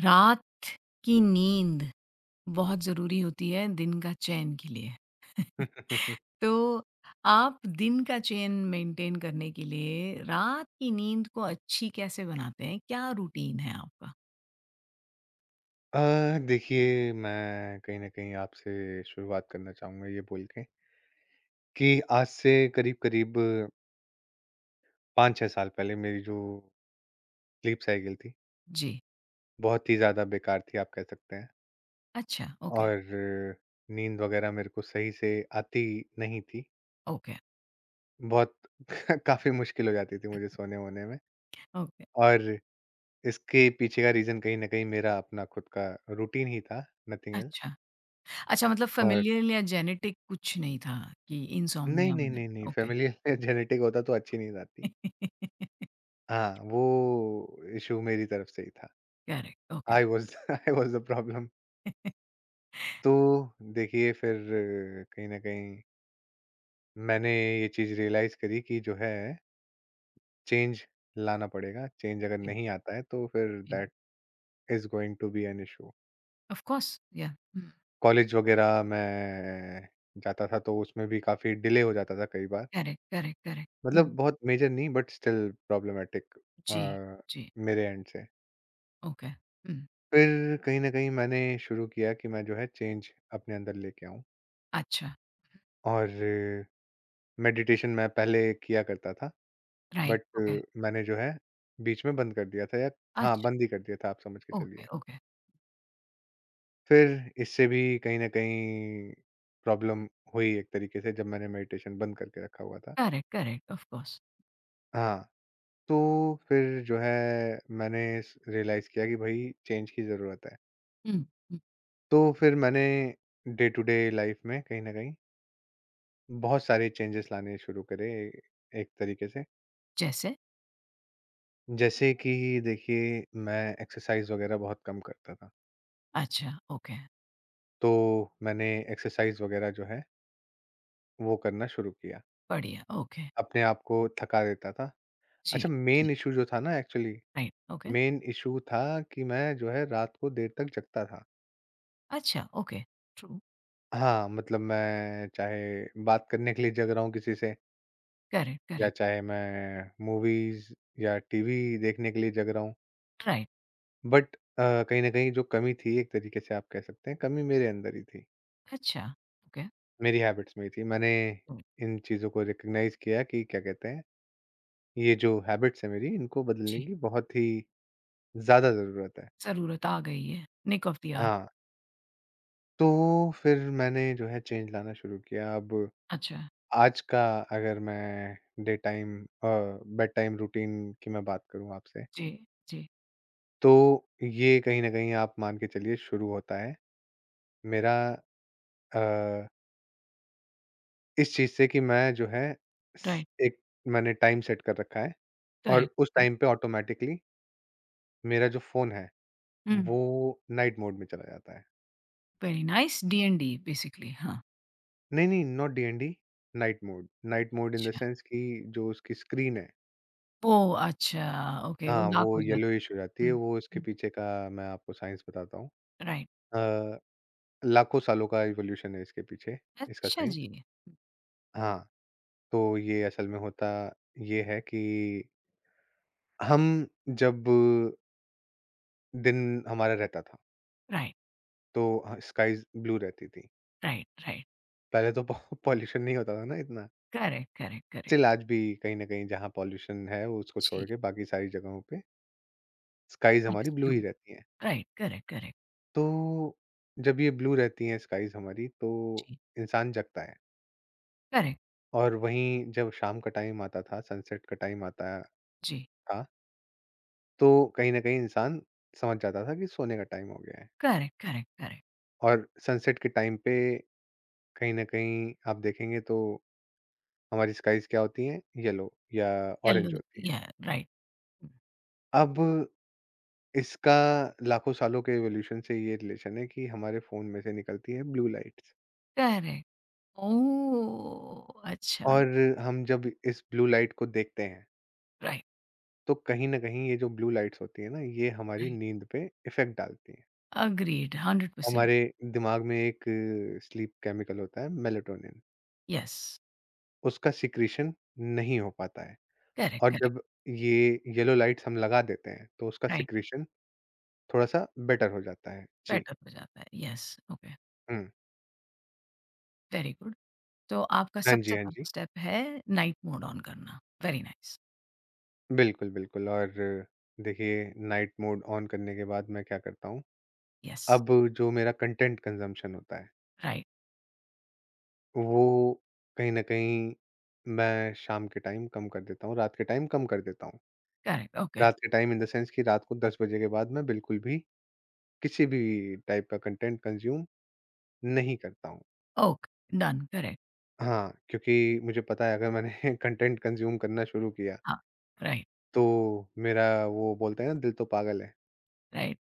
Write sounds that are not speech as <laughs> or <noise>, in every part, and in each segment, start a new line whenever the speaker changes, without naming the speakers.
रात की नींद बहुत ज़रूरी होती है दिन का चैन के लिए।
<laughs>
तो आप दिन का चैन मेंटेन करने के लिए रात की नींद को अच्छी कैसे बनाते हैं? क्या रूटीन है आपका?
अ, देखिए मैं कहीं न कहीं आपसे शुरुआत करना चाहूँगा ये बोल के कि आज से करीब-करीब 5-6 साल पहले मेरी जो स्लीप साइकिल थी,
जी।
बहुत ही ज़्यादा बेकार थी आप कह सकते हैं।
अच्छा, ओके,
और नींद वग़ैरह मेरे को सही से आती नहीं थी।
ओके,
बहुत <laughs> काफ़ी मुश्किल हो जाती थी मुझे सोने-वोने में।
ओके।
और इसके पीछे का रीज़न कहीं न कहीं मेरा अपना खुद का रूटीन ही था, नथिंग एल्स।
अच्छा। अच्छा मतलब
और
फ़ैमिलियल या जेनेटिक कुछ नहीं था कि
नहीं,
इनसोम्निया
नहीं, नहीं, नहीं,
वगैरह? ओके।
फ़ैमिलियल जेनेटिक <laughs> होता तो अच्छी नींद आती।
<laughs>
हाँ, वो इश्यू मेरी तरफ से ही था।
Correct, okay.
I was <laughs> I was the problem. <laughs>
<laughs>
तो देखिए फिर कहीं न कहीं मैंने ये चीज़ रियलाइज़ करी कि जो है चेंज लाना पड़ेगा, चेंज अगर
जी,
नहीं आता है तो फिर
जी।
That is going to be an issue.
Of course, या हुँ।
कॉलेज वग़ैरह मैं जाता था तो उसमें भी काफ़ी डिले हो जाता था कई बार।
Correct, correct, correct. हुँ।
मतलब बहुत मेजर नहीं बट स्टिल प्रॉब्लमैटिक अ,
जी, जी।
मेरे एंड से।
ओके। हुँ।
फिर कहीं न कहीं मैंने शुरू किया कि मैं जो है चेंज अपने अंदर लेके आऊँ।
अच्छा,
और मेडिटेशन मैं पहले किया करता था,
राइट,
बट
ओके,
मैंने जो है बीच में बंद कर दिया था, या हाँ,
अच्छा,
बंद ही कर दिया था आप समझ के
ओके,
चलिए।
ओके,
फिर इससे भी कहीं न कहीं प्रॉब्लम हुई एक तरीके से जब मैंने मेडिटेशन बंद करके रखा हुआ था।
Correct, correct, of course.
हाँ, तो फिर जो है मैंने स रियलाइज़ किया कि भई चेंज की ज़रूरत है।
हुँ, हुँ,
तो फिर मैंने डे टू डे लाइफ़ में कहीं न कहीं बहुत सारे चेंजेस लाने शुरू करे एक तरीके से।
जैसे?
जैसे कि देखिए मैं एक्सरसाइज वगैरह बहुत कम करता था।
अच्छा, ओके,
तो मैंने एक्सरसाइज वगैरह जो है वो करना शुरू किया।
बढ़िया, ओके,
अपने आप को थका देता था।
जी,
अच्छा
जी,
मेन इश्यू जो था ना actually,
right, okay,
main issue था कि मैं जो है रात को देर तक जगता था।
अच्छा, ओके, ट्रू,
हाँ, मतलब मैं चाहे बात करने के लिए जग रहा हूँ किसी से,
करेक्ट,
या
करेक्ट,
चाहे मैं मूवीज़ या टीवी देखने के लिए जग रहा हूँ।
राइट,
बट कहीं न कहीं जो कमी थी एक तरीके से आप कह सकते हैं, कमी मेरे अंदर ही थी।
अच्छा, ओके,
मेरी हैबिट्स में ही थी। मैंने
हुँ,
इन चीज़ों को रिकॉग्नाइज़ किया कि क्या कहते हैं, ये जो हैबिट्स है मेरी इनको बदलने
जी,
की बहुत ही ज़्यादा ज़रूरत है।
ज़रूरत आ गई है, निक ऑफ द आवर,
हाँ, तो फिर मैंने जो है चेंज लाना शुरू किया। अब
अच्छा,
आज का अगर मैं day time bed time routine की मैं बात करूँ आपसे,
जी, जी,
तो ये कहीं न कहीं आप मान के चलिए शुरू होता है मेरा अ, इस चीज़ से कि मैं जो है स
राइट,
एक मैंने टाइम सेट कर रखा है और
करेक्ट,
उस
ओके,
टाइम पे ऑटोमैटिकली मेरा जो फ़ोन है,
हुँ,
वो नाइट मोड में चला जाता है।
वेरी नाइस, डी-एन-डी बेसिकली, हाँ,
नहीं, नहीं, not DND, night mode. Night mode in the
अच्छा,
सेंस कि जो उसकी स्क्रीन है,
ओह! अच्छा, ओके, वो
हाँ,
डार्क
वो
हो जाता
येलोइश हो जाती
है,
है,
हुँ,
वो इसके
हुँ,
पीछे का मैं आपको साइंस बताता हूँ।
राइट,
अ, लाखों सालों का इवोल्यूशन है इसके पीछे, इसका
अच्छा
साइंस।
जी,
हाँ, तो ये असल में होता ये है कि हम जब दिन हमारा रहता था,
राइट।
तो ह स्काईज़ ब्लू रहती थी।
Right, right.
पहले तो पॉ पॉल्यूशन <laughs> नहीं होता था ना इतना।
Correct, correct, correct.
स्टिल आज भी कहीं न कहीं जहाँ पॉल्यूशन है वो उसको छोड़
जी,
के बाकी सारी जगहों पे स्काईज़ हमारी
नाइस
ब्लू
ब्लू।
ही रहती हैं।
Right, correct, correct.
तो जब ये ब्लू रहती हैं स्काईज़ हमारी तो
जी,
इंसान जगता है,
करेक्ट,
और वहीं जब शाम का टाइम आता था, सनसेट का टाइम आता
जी।
था, तो कहीं न कहीं इंसान समझ जाता था कि सोने का टाइम हो गया है।
Correct, correct, correct.
और सनसेट के टाइम पे कहीं न कहीं आप देखेंगे तो हमारी स्काईज़ क्या होती हैं, येलो या
येलो
ऑरेंज होती हैं।
या राइट।
अब इसका लाखों सालों के इवोल्यूशन से ये रिलेशन है कि हमारे फ़ोन में से निकलती है ब्लू लाइट्स,
करेक्ट। ओह! अच्छा,
और हम जब इस ब्लू लाइट को देखते हैं,
राइट,
तो कहीं न कहीं ये जो ब्लू लाइट्स होती हैं ना, ये हमारी
राइट।
नींद पे इफ़ेक्ट डालती हैं।
एग्रीड 100%
हमारे दिमाग में एक स्लीप केमिकल होता है मेलाटोनिन,
यस।
उसका सिक्रीशन नहीं हो पाता है,
करेक्ट,
और
करेक्ट,
जब ये येलो लाइट्स हम लगा देते हैं, तो उसका
राइट।
सिक्रीशन थोड़ा-सा बेटर हो जाता है। जी।
बेटर हो जाता है। यस, ओके,
हुँ।
Very good. तो आपका
हाँ जी,
सबसे
हाँ
पहला
जी।
स्टेप है नाइट मोड ऑन करना। Very nice.
बिल्कुल, बिल्कुल। और देखिए नाइट मोड ऑन करने के बाद मैं क्या करता हूँ,
यस,
अब जो मेरा कंटेंट कंज़म्पशन होता है,
राइट,
वो कहीं न कहीं मैं शाम के टाइम कम कर देता हूँ, रात के टाइम कम कर देता हूँ।
करेक्ट, ओके,
रात के टाइम इन द सेंस कि रात को 10 बजे के बाद मैं बिल्कुल भी किसी भी टाइप का कंटेंट कंज़्यूम नहीं करता हूँ।
Okay, done, correct.
हाँ, क्योंकि मुझे पता है अगर मैंने <laughs> कंटेंट कंज़्यूम करना शुरू किया,
हाँ, राइट,
तो मेरा वो बोलते हैं ना, दिल तो पागल है।
राइट।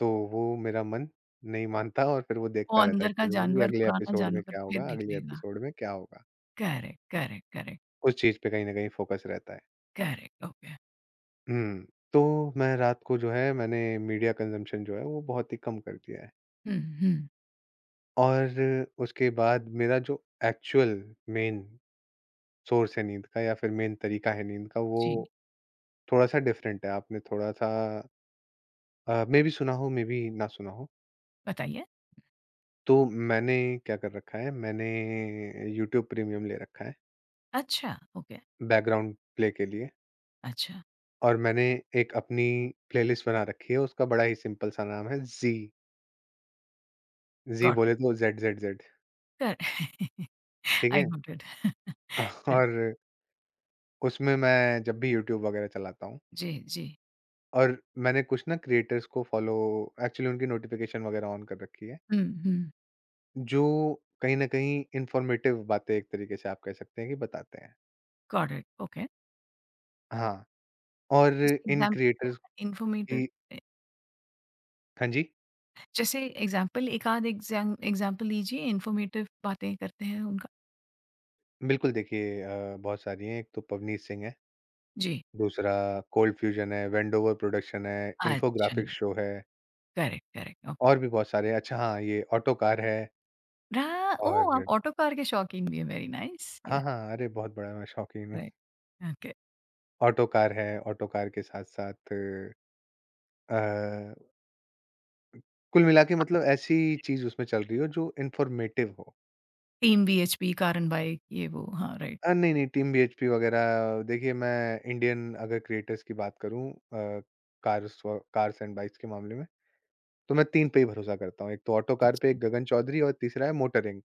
तो वो मेरा मन नहीं मानता और फिर वो
वो
देखता रहता है
अंदर का
चीज़ों को कि
जानवर,
अगले
पुराना
एपिसोड में
जानवर
क्या
फिर
होगा, अगले
निकलेगा।
एपिसोड में क्या होगा?
करेक्ट, करेक्ट, करेक्ट,
उस चीज़ पे कहीं न कहीं फ़ोकस रहता है।
Correct, okay.
हुँ। तो मैं रात को जो है मैंने मीडिया कंज़म्पशन जो है वो बहुत ही कम कर दिया है।
हुँ, हुँ।
और उसके बाद मेरा जो एक्चुअल मेन सोर्स है नींद का, या फिर मेन तरीका है नींद का, वो
जी,
थोड़ा-सा डिफ़रेंट है। आपने थोड़ा-सा मेबी सुना हो मेबी ना सुना हो।
बताइए।
तो मैंने क्या कर रखा है, मैंने यूट्यूब प्रीमियम ले रखा है।
अच्छा, ओके,
बैकग्राउंड प्ले के लिए,
अच्छा,
और मैंने एक अपनी प्लेलिस्ट बना रखी है, उसका बड़ा ही सिंपल सा नाम है ज़ी, ज़ी
गॉट इट,
बोले तो ज़ेड-ज़ेड-ज़ेड,
कर <laughs>
ठीक
आई
है?
Got it.
<laughs>
राइट, <laughs>
और उसमें मैं जब भी यूट्यूब वगैरह चलाता हूँ,
जी, जी।
और मैंने कुछ ना क्रिएटर्स को फॉलो एक्चुअली उनकी नोटिफ़िकेशन वगैरह ऑन कर रखी है,
हुँ, हुँ,
जो कहीं न कहीं इन्फॉर्मेटिव बातें एक तरीके से आप कह सकते हैं कि बताते हैं।
Got it, okay.
हाँ, और
जैसे
इन
एग्ज़ाम्पल
क्रिएटर्स
क्या इन्फॉर्मेटिव
की,
ए,
हाँ जी,
जैसे एग्ज़ाम्पल एक आध एग्ज़ाम्पल लीजिए, इन्फॉर्मेटिव बातें करते हैं उनका।
बिल्कुल देखिए बहुत सारी हैं, एक तो पवनीत सिंह है।
जी,
दूसरा कोल्ड फ्यूजन है, वेंडोवर प्रोडक्शन है,
अच्छा,
इन्फोग्राफिक्स शो है,
करेक्ट, करेक्ट, ओके।
और भी बहुत सारे। अच्छा हाँ, ये ऑटोकार है,
रहा ओह! आप
और
ऑटो कार के शौकीन भी हैं, वेरी नाइस।
हाँ,
यस।
हाँ, अरे बहुत बड़ा मैं शौकीन हूँ।
Right, okay.
ऑटोकार है, ऑटोकार के साथ-साथ अ, कुल मिला के
अ,
मतलब ऐसी चीज़ उसमें चल रही हो जो इन्फॉर्मेटिव हो।
टीम बीएचपी, कारण बाई, ये वो, हाँ, राइट,
नहीं, नहीं, टीम बीएचपी वगैरह देखिए मैं इंडियन अगर क्रिएटर्स की बात करूँ, कार्स व कार्स एंड बाइक्स के मामले में, तो मैं 3 पे ही भरोसा करता हूँ। एक तो ऑटोकार पे,
अच्छा
एक गगन चौधरी और तीसरा है मोटरिंग।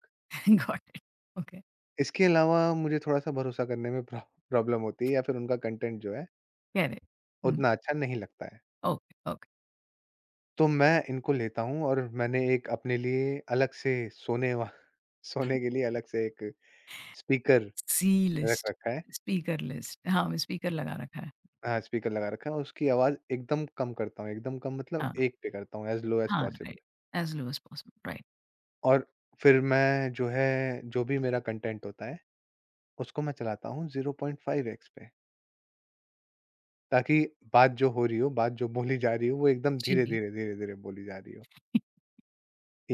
गॉट इट, ओके,
इसके अलावा मुझे थोड़ा-सा भरोसा करने में प्रॉब्लम होती है या फिर उनका कंटेंट जो है,
कह <laughs> हुँ,
उतना अच्छा नहीं लगता है।
ओके, ओके,
तो मैं इनको लेता हूँ और मैंने एक अपने लिए अलग से सोने वा <laughs> सोने के लिए अलग से एक स्पीकर
सी
रख
लिस्ट,
रखा है,
स्पीकर लिस्ट, <laughs> हाँ, मैं स्पीकर लगा रखा है,
हाँ, स्पीकर लगा रखा है, और उसकी आवाज़ एकदम कम करता हूँ, एकदम कम मतलब
हाँ,
1 पे करता हूँ, एज़ लो एज़
हाँ,
possible.
Right, as low as possible, right,
और फिर मैं जो है, जो भी मेरा कंटेंट होता है, उसको मैं चलाता हूँ 0.5 एक्स पे। ताकि बात जो हो रही हो, बात जो बोली जा रही हो, वो एकदम
जी।
धीरे-धीरे, धीरे-धीरे बोली जा रही हो।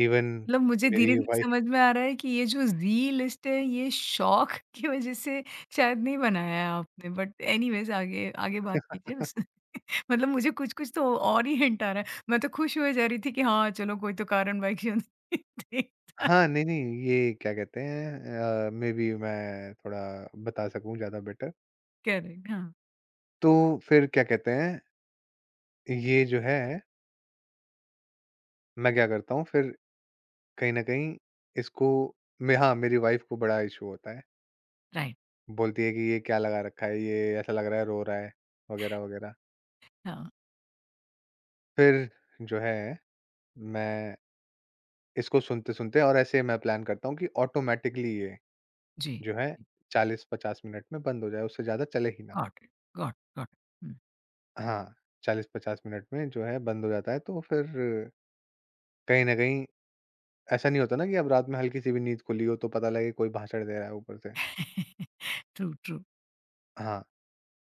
इवन
मतलब मुझे
मेरी
धीरे-धीरे
वाइफ
समझ में आ रहा है कि ये जो ज़ी लिस्ट है ये शौक <laughs> की वज़ह से शायद नहीं बनाया है आपने बट एनीवेज़ आगे आगे बात कीजिए बस।
<laughs>
<laughs> मतलब मुझे कुछ-कुछ तो और ही हिंट आ रहा है। मैं तो खुश हुए जा रही थी कि हाँ, चलो कोई तो कारण बाकी <laughs> देखता
हाँ, नहीं, नहीं, ये क्या कहते हैं, मे बी मैं थोड़ा बता सकूँ ज़्यादा बेटर।
करेक्ट हाँ,
तो फिर क्या कहते हैं, ये जो है, मैं क्या करता हूँ, फिर कहीं न कहीं इसको मैं, हाँ, मेरी वाइफ को बड़ा इश्यू होता है।
राइट
बोलती है कि ये क्या लगा रखा है, ये ऐसा लग रहा है रो रहा है, वगैरह-वगैरह।
हाँ,
फिर जो है, मैं इसको सुनते-सुनते, और ऐसे मैं प्लान करता हूँ कि ऑटोमैटिकली ये
जी।
जो है 40-50 मिनट में बंद हो जाए, उससे ज़्यादा चले ही ना।
गॉट इट, गॉट गॉट हुँ।
हाँ, 40-50 मिनट में जो है बंद हो जाता है तो फिर कहीं न कहीं ऐसा नहीं होता ना कि अब रात में हल्की-सी भी नींद खुली हो तो पता लगे कोई भाषण दे रहा है ऊपर से।
ट्रू, ट्रू
हाँ,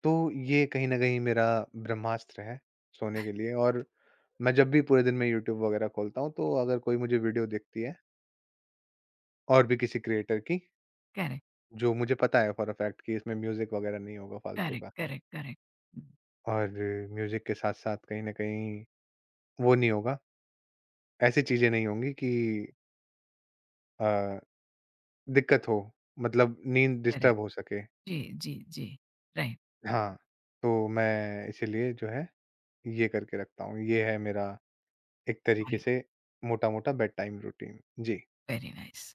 तो ये कहीं न कहीं मेरा ब्रह्मास्त्र है सोने के लिए। और मैं जब भी पूरे दिन में यूट्यूब वगैरह खोलता हूँ तो अगर कोई मुझे वीडियो दिखती है और भी किसी क्रिएटर की,
करेक्ट,
जो मुझे पता है फॉर अ फैक्ट कि इसमें म्यूज़िक वगैरह नहीं होगा फालतू
करेक्ट,
का।
करेक्ट, करेक्ट,
और म्यूज़िक के साथ-साथ कहीं न कहीं वो नहीं होगा, ऐसी चीज़ें नहीं होंगी कि अ, दिक्कत हो, मतलब नींद
करेक्ट
डिस्टर्ब हो सके।
<laughs> जी, जी, जी, राइट।
हाँ, तो मैं इसीलिए जो है ये करके रखता हूँ। ये है मेरा एक तरीके से मोटा-मोटा बेड टाइम रूटीन। जी।
Very nice.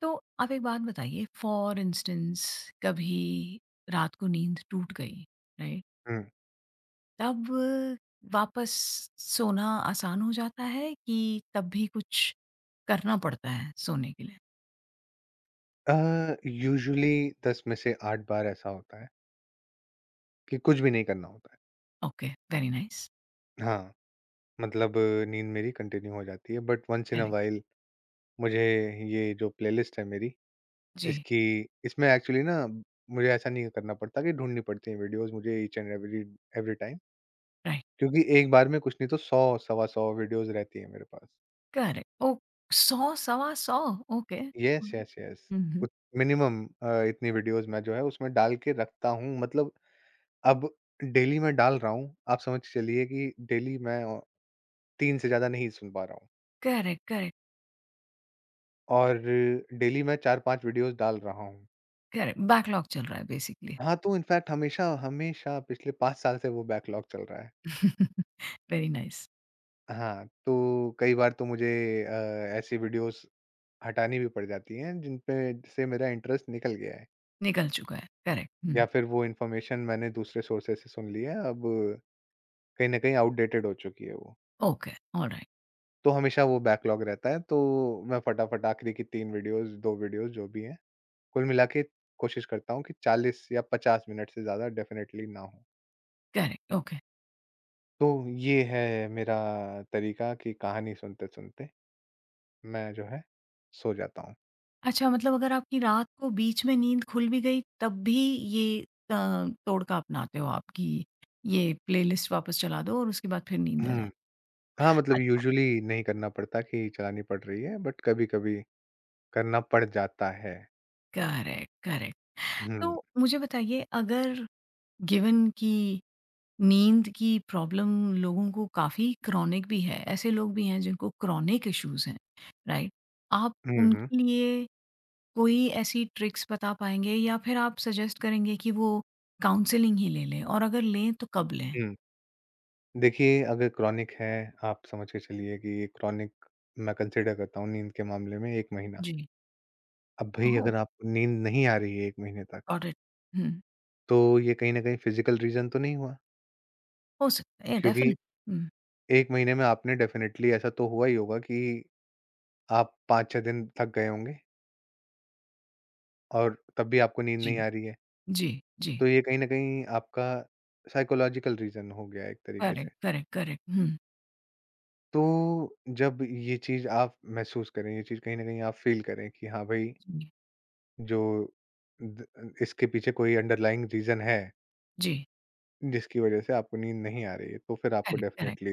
तो आप एक बात बताइए फॉर इंस्टेंस कभी रात को नींद टूट गई, राइट?
हुँ।
तब वापस सोना आसान हो जाता है कि तब भी कुछ करना पड़ता है सोने के लिए?
यूजुअली 10 में से 8 बार ऐसा होता है कि कुछ भी नहीं करना होता है।
Okay, very nice.
हाँ, मतलब नींद मेरी कंटिन्यू हो जाती है but once in a
correct,
while मुझे ये जो प्लेलिस्ट है मेरी,
जी,
इसकी इसमें एक्चुअली ना मुझे ऐसा नहीं करना पड़ता कि ढूँढनी पड़ती हैं वीडियोज़ मुझे each and every every time,
right,
क्योंकि एक बार में कुछ नहीं तो 100 सवा 100 वीडियोज़ रहती हैं मेरे पास।
करेक्ट। ओह! 100 सवा 100 ओके।
येस,
हुँ,
येस, येस।
हुँ।
उत मिनिमम इतनी वीडियोज़ मैं जो है उसमें डाल के रखता हूँ। मतलब अब डेली मैं डाल रहा हूँ, आप समझ के चलिए कि डेली मैं 3 से ज़्यादा नहीं सुन पा रहा हूँ,
करेक्ट, करेक्ट,
और डेली मैं 4-5 वीडियोज़ डाल रहा हूँ।
करेक्ट। बैकलॉग चल रहा है बेसिकली।
हाँ, तो इनफैक्ट हमेशा हमेशा पिछले 5 साल से वो बैकलॉग चल रहा है।
<laughs> Very nice.
हाँ, तो कई बार तो मुझे अ, ऐसी वीडियोज़ हटानी भी पड़ जाती हैं, जिन पे से मेरा इंटरेस्ट निकल गया है,
निकल चुका है, करेक्ट।
या
हुँ,
फिर वो इन्फॉर्मेशन मैंने दूसरे सोर्सेज़ से सुन ली है, अब कहीं न कहीं आउटडेटेड हो चुकी है वो।
Okay, alright.
तो हमेशा वो बैकलॉग रहता है, तो मैं फटाफट आखिरी की 3 वीडियोज़, 2 वीडियोज़ जो भी हैं, कुल मिला के कोशिश करता हूँ कि 40 या 50 मिनट से ज़्यादा डेफ़िनेटली ना हो।
Correct, okay.
तो ये है मेरा तरीका कि कहानी सुनते-सुनते मैं जो है, सो जाता हूँ।
अच्छा मतलब अगर आपकी रात को बीच में नींद खुल भी गई तब भी ये अ, तोड़का अपनाते हो आप कि ये प्लेलिस्ट वापस चला दो और उसके बाद फिर नींद आ जाती
हम्म। हाँ,
है।
मतलब
अच्छा,
यूजुअली नहीं करना पड़ता कि चलानी पड़ रही है, बट कभी-कभी करना पड़ जाता है।
Correct, correct.
हुँ,
तो मुझे बताइए अगर गिवन कि नींद की प्रॉब्लम लोगों को काफ़ी क्रॉनिक भी है, ऐसे लोग भी हैं जिनको क्रॉनिक इश्यूज़ हैं, राइट? आप
हुँ, हुँ,
उनके लिए कोई ऐसी ट्रिक्स बता पाएँगे या फिर आप सजेस्ट करेंगे कि वो काउंसलिंग ही ले लें और अगर लें तो कब लें?
हुँ। देखिए, अगर क्रोनिक है, आप समझ के चलिए कि क्रोनिक मैं कंसिडर करता हूँ नींद के मामले में 1 महीना।
जी।
अब भई
ओह!
अगर आपको नींद नहीं आ रही है 1 महीने तक,
गॉट इट। हुँ,
तो ये कहीं न कहीं फिज़िकल रीज़न तो नहीं हुआ?
हो सकता है, या
क्योंकि
डेफिनिट हुँ।
1 महीने में आपने डेफ़िनेटली ऐसा तो हुआ ही होगा कि आप 5-6 दिन थक गए होंगे और तब भी आपको नींद
जी,
नहीं आ रही है।
जी, जी।
तो ये कहीं न कहीं आपका साइकोलॉजिकल रीज़न हो गया एक तरीके से।
Correct, correct, correct. हुँ।
तो जब ये चीज़ आप महसूस करें, ये चीज़ कहीं न कहीं आप फ़ील करें कि हाँ भाई,
जी।
जो द इसके पीछे कोई अंडरलाइंग रीज़न है,
जी,
जिसकी वज़ह से आपको नींद नहीं आ रही है, तो फिर आपको
करेक्ट, करेक्ट,
डेफ़िनेटली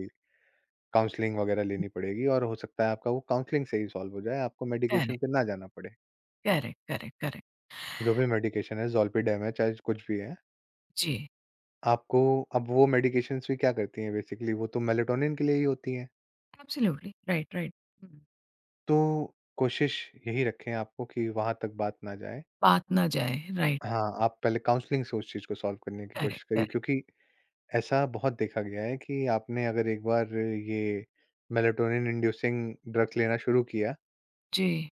काउंसलिंग वग़ैरह लेनी पड़ेगी, और हो सकता है आपका वो काउंसलिंग से ही सॉल्व हो जाए, आपको मेडिकेशन
करेक्ट,
पे ना जाना पड़े।
Correct, correct, correct.
जो भी मेडिकेशन है, ज़ोलपीडेम है, चाहे कुछ भी है,
जी,
आपको, अब वो मेडिकेशंस भी क्या करती हैं बेसिकली, वो तो मेलेटोनिन के लिए ही होती हैं।
Absolutely, right, right. हुँ,
तो कोशिश यही रखें आपको कि वहाँ तक बात ना जाए।
बात ना जाए, राइट,
हाँ, आप पहले काउंसलिंग से उस चीज़ को सॉल्व करने की कोशिश
करेक्ट,
करिए,
करेक्ट।
क्योंकि ऐसा बहुत देखा गया है कि आपने अगर एक बार ये मेलाटोनिन इंड्यूसिंग ड्रग्स लेना शुरू किया,
जी,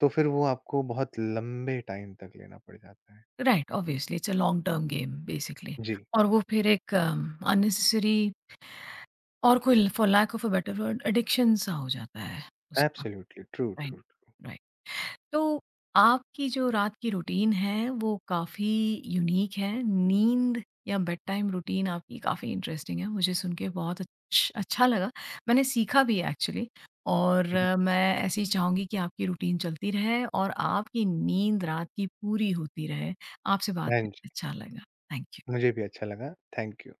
तो फिर वो आपको बहुत लंबे टाइम तक लेना पड़ जाता है।
Right, obviously it's a long term game basically
जी,
और वो फिर एक अननेसेसरी और कोई for lack of a better word addiction सा हो जाता है उसका
absolutely true,
right
true, true.
Right तो आपकी जो रात की रूटीन है वो काफ़ी यूनिक है नींद या बेड टाइम रूटीन आपकी काफ़ी इंटरेस्टिंग है मुझे सुन के बहुत अच्छा लगा मैंने सीखा भी एक्चुअली और
हुँ, हुँ।
मैं ऐसे ही चाहूँगी कि आपकी रूटीन चलती रहे और आपकी नींद रात की पूरी होती रहे आपसे बात
हाँ जी,
करके अच्छा लगा थैंक यू
मुझे भी अच्छा लगा। Thank you.